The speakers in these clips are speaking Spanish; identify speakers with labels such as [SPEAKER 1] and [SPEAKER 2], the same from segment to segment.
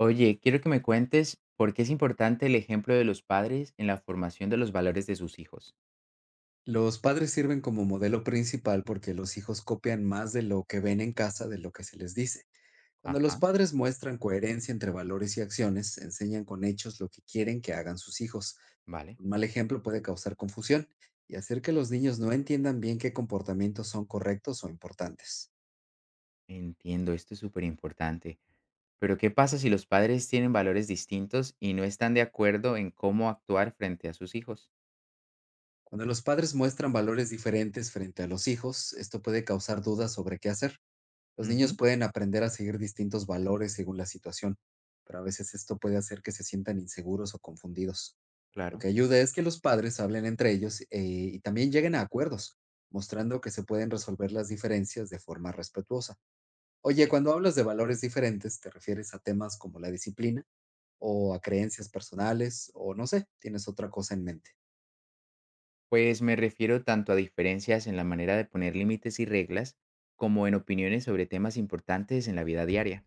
[SPEAKER 1] Oye, quiero que me cuentes por qué es importante el ejemplo de los padres en la formación de los valores de sus hijos.
[SPEAKER 2] Los padres sirven como modelo principal porque los hijos copian más de lo que ven en casa de lo que se les dice. Cuando los
[SPEAKER 1] Ajá,
[SPEAKER 2] padres muestran coherencia entre valores y acciones, enseñan con hechos lo que quieren que hagan sus hijos.
[SPEAKER 1] vale.
[SPEAKER 2] Un mal ejemplo puede causar confusión y hacer que los niños no entiendan bien qué comportamientos son correctos o importantes.
[SPEAKER 1] Entiendo, esto es súper importante. Pero ¿qué pasa si los padres tienen valores distintos y no están de acuerdo en cómo actuar frente a sus hijos?
[SPEAKER 2] Cuando los padres muestran valores diferentes frente a los hijos, esto puede causar dudas sobre qué hacer. Los niños
[SPEAKER 1] Ujú,
[SPEAKER 2] pueden aprender a seguir distintos valores según la situación, pero a veces esto puede hacer que se sientan inseguros o confundidos. Lo
[SPEAKER 1] claro.
[SPEAKER 2] que ayuda es que los padres hablen entre ellos y también lleguen a acuerdos, mostrando que se pueden resolver las diferencias de forma respetuosa. Oye,
[SPEAKER 1] Sí.
[SPEAKER 2] cuando hablas de valores diferentes, ¿te refieres a temas como la disciplina o a creencias personales o no sé, ¿tienes otra cosa en mente?
[SPEAKER 1] Pues me refiero tanto a diferencias en la manera de poner límites y reglas como en opiniones sobre temas importantes en la vida diaria.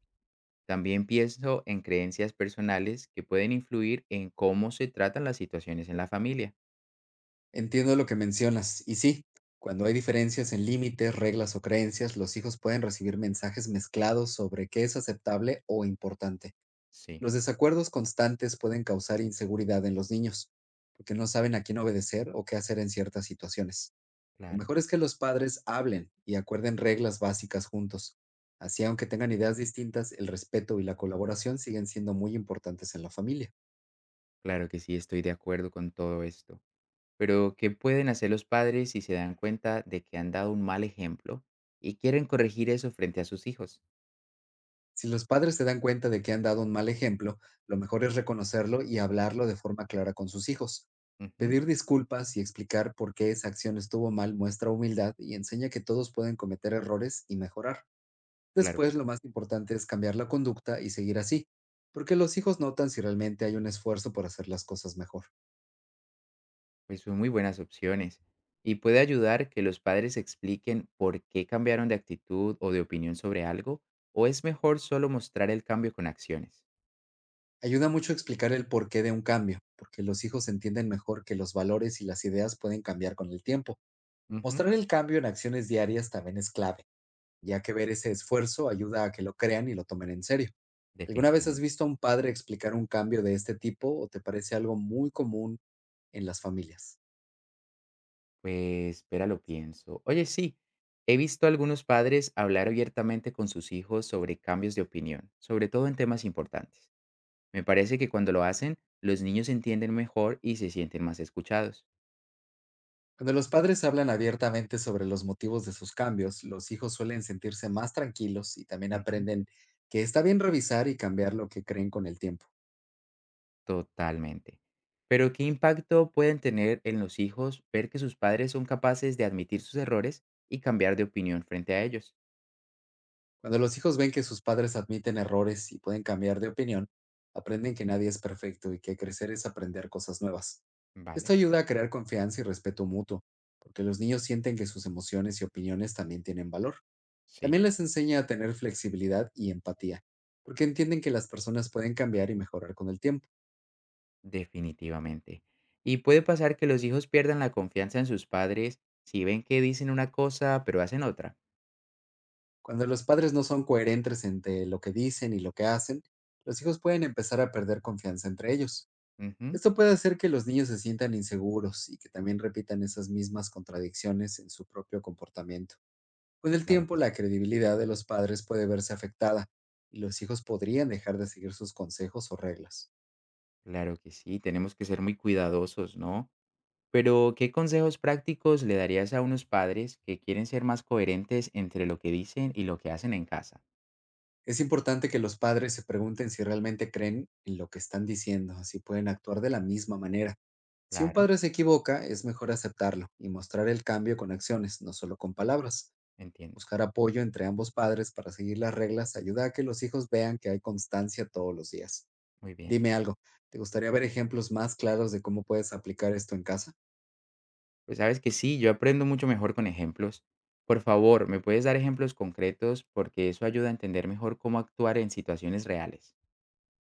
[SPEAKER 1] También pienso en creencias personales que pueden influir en cómo se tratan las situaciones en la familia.
[SPEAKER 2] Entiendo lo que mencionas, y sí, cuando hay diferencias en límites, reglas o creencias, los hijos pueden recibir mensajes mezclados sobre qué es aceptable o importante.
[SPEAKER 1] Sí,
[SPEAKER 2] Los desacuerdos constantes pueden causar inseguridad en los niños, porque no saben a quién obedecer o qué hacer en ciertas situaciones. Lo
[SPEAKER 1] claro.
[SPEAKER 2] mejor es que los padres hablen y acuerden reglas básicas juntos. Así, aunque tengan ideas distintas, el respeto y la colaboración siguen siendo muy importantes en la familia.
[SPEAKER 1] Claro que sí, estoy de acuerdo con todo esto. Pero, ¿qué pueden hacer los padres si se dan cuenta de que han dado un mal ejemplo y quieren corregir eso frente a sus hijos?
[SPEAKER 2] Si los padres se dan cuenta de que han dado un mal ejemplo, lo mejor es reconocerlo y hablarlo de forma clara con sus hijos.
[SPEAKER 1] Ujú.
[SPEAKER 2] Pedir disculpas y explicar por qué esa acción estuvo mal muestra humildad y enseña que todos pueden cometer errores y mejorar.
[SPEAKER 1] Claro que
[SPEAKER 2] Después, lo
[SPEAKER 1] sí.
[SPEAKER 2] más importante es cambiar la conducta y seguir así, porque los hijos notan si realmente hay un esfuerzo por hacer las cosas mejor.
[SPEAKER 1] Pues son muy buenas opciones. Y puede ayudar que los padres expliquen por qué cambiaron de actitud o de opinión sobre algo, o es mejor solo mostrar el cambio con acciones.
[SPEAKER 2] Ayuda mucho explicar el porqué de un cambio, porque los hijos entienden mejor que los valores y las ideas pueden cambiar con el tiempo.
[SPEAKER 1] Ujú.
[SPEAKER 2] Mostrar el cambio en acciones diarias también es clave, ya que ver ese esfuerzo ayuda a que lo crean y lo tomen en serio. ¿Alguna vez has
[SPEAKER 1] Definitivamente.
[SPEAKER 2] visto a un padre explicar un cambio de este tipo o te parece algo muy común en las familias?
[SPEAKER 1] Pues, espera, lo pienso. Oye, sí, he visto a algunos padres hablar abiertamente con sus hijos sobre cambios de opinión, sobre todo en temas importantes. Me parece que cuando lo hacen, los niños entienden mejor y se sienten más escuchados.
[SPEAKER 2] Cuando los padres hablan abiertamente sobre los motivos de sus cambios, los hijos suelen sentirse más tranquilos y también
[SPEAKER 1] Ujú.
[SPEAKER 2] aprenden que está bien revisar y cambiar lo que creen con el tiempo.
[SPEAKER 1] Totalmente. Pero, ¿qué impacto pueden tener en los hijos ver que sus padres son capaces de admitir sus errores y cambiar de opinión frente a ellos?
[SPEAKER 2] Cuando los hijos ven que sus padres admiten errores y pueden cambiar de opinión, aprenden que nadie es perfecto y que crecer es aprender cosas nuevas. Esto
[SPEAKER 1] Vale,
[SPEAKER 2] ayuda a crear confianza y respeto mutuo, porque los niños sienten que sus emociones y opiniones también tienen valor.
[SPEAKER 1] sí.
[SPEAKER 2] También les enseña a tener flexibilidad y empatía, porque entienden que las personas pueden cambiar y mejorar con el tiempo.
[SPEAKER 1] Definitivamente. Y puede pasar que los hijos pierdan la confianza en sus padres si ven que dicen una cosa pero hacen otra.
[SPEAKER 2] Cuando los padres no son coherentes entre lo que dicen y lo que hacen, los hijos pueden empezar a perder confianza entre ellos.
[SPEAKER 1] Ujú.
[SPEAKER 2] Esto puede hacer que los niños se sientan inseguros y que también repitan esas mismas contradicciones en su propio comportamiento. Con el
[SPEAKER 1] Claro
[SPEAKER 2] tiempo,
[SPEAKER 1] que
[SPEAKER 2] la
[SPEAKER 1] sí.
[SPEAKER 2] credibilidad de los padres puede verse afectada y los hijos podrían dejar de seguir sus consejos o reglas.
[SPEAKER 1] Claro que sí. Tenemos que ser muy cuidadosos, ¿no? Pero, ¿qué consejos prácticos le darías a unos padres que quieren ser más coherentes entre lo que dicen y lo que hacen en casa?
[SPEAKER 2] Es importante que los padres se pregunten si realmente creen en lo que están diciendo, así pueden actuar de la misma manera. Si un
[SPEAKER 1] Claro,
[SPEAKER 2] padre se equivoca, es mejor aceptarlo y mostrar el cambio con acciones, no solo con palabras.
[SPEAKER 1] entiendo.
[SPEAKER 2] Buscar apoyo entre ambos padres para seguir las reglas ayuda a que los hijos vean que hay constancia todos los días.
[SPEAKER 1] Muy bien.
[SPEAKER 2] Dime algo, ¿te gustaría ver ejemplos más claros de cómo puedes aplicar esto en casa?
[SPEAKER 1] Pues sabes que sí, yo aprendo mucho mejor con ejemplos. Por favor, ¿me puedes dar ejemplos concretos? Porque eso ayuda a entender mejor cómo actuar en situaciones reales.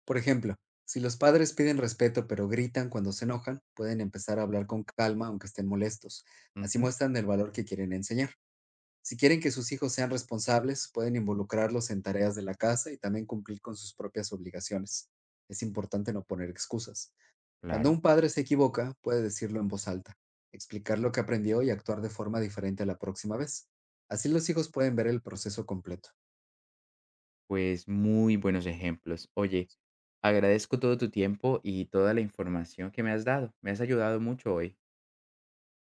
[SPEAKER 2] Por ejemplo, si los padres piden respeto pero gritan cuando se enojan, pueden empezar a hablar con calma aunque estén molestos. Así
[SPEAKER 1] Ujú.
[SPEAKER 2] muestran el valor que quieren enseñar. Si quieren que sus hijos sean responsables, pueden involucrarlos en tareas de la casa y también cumplir con sus propias obligaciones. Es importante no poner excusas. Cuando
[SPEAKER 1] Claro,
[SPEAKER 2] un padre se equivoca, puede decirlo en voz alta, explicar lo que aprendió y actuar de forma diferente la próxima vez. Así los hijos pueden ver el proceso completo.
[SPEAKER 1] pues muy buenos ejemplos. Oye, agradezco todo tu tiempo y toda la información que me has dado. Me has ayudado mucho hoy.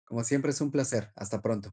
[SPEAKER 2] Como siempre es un placer. Hasta pronto.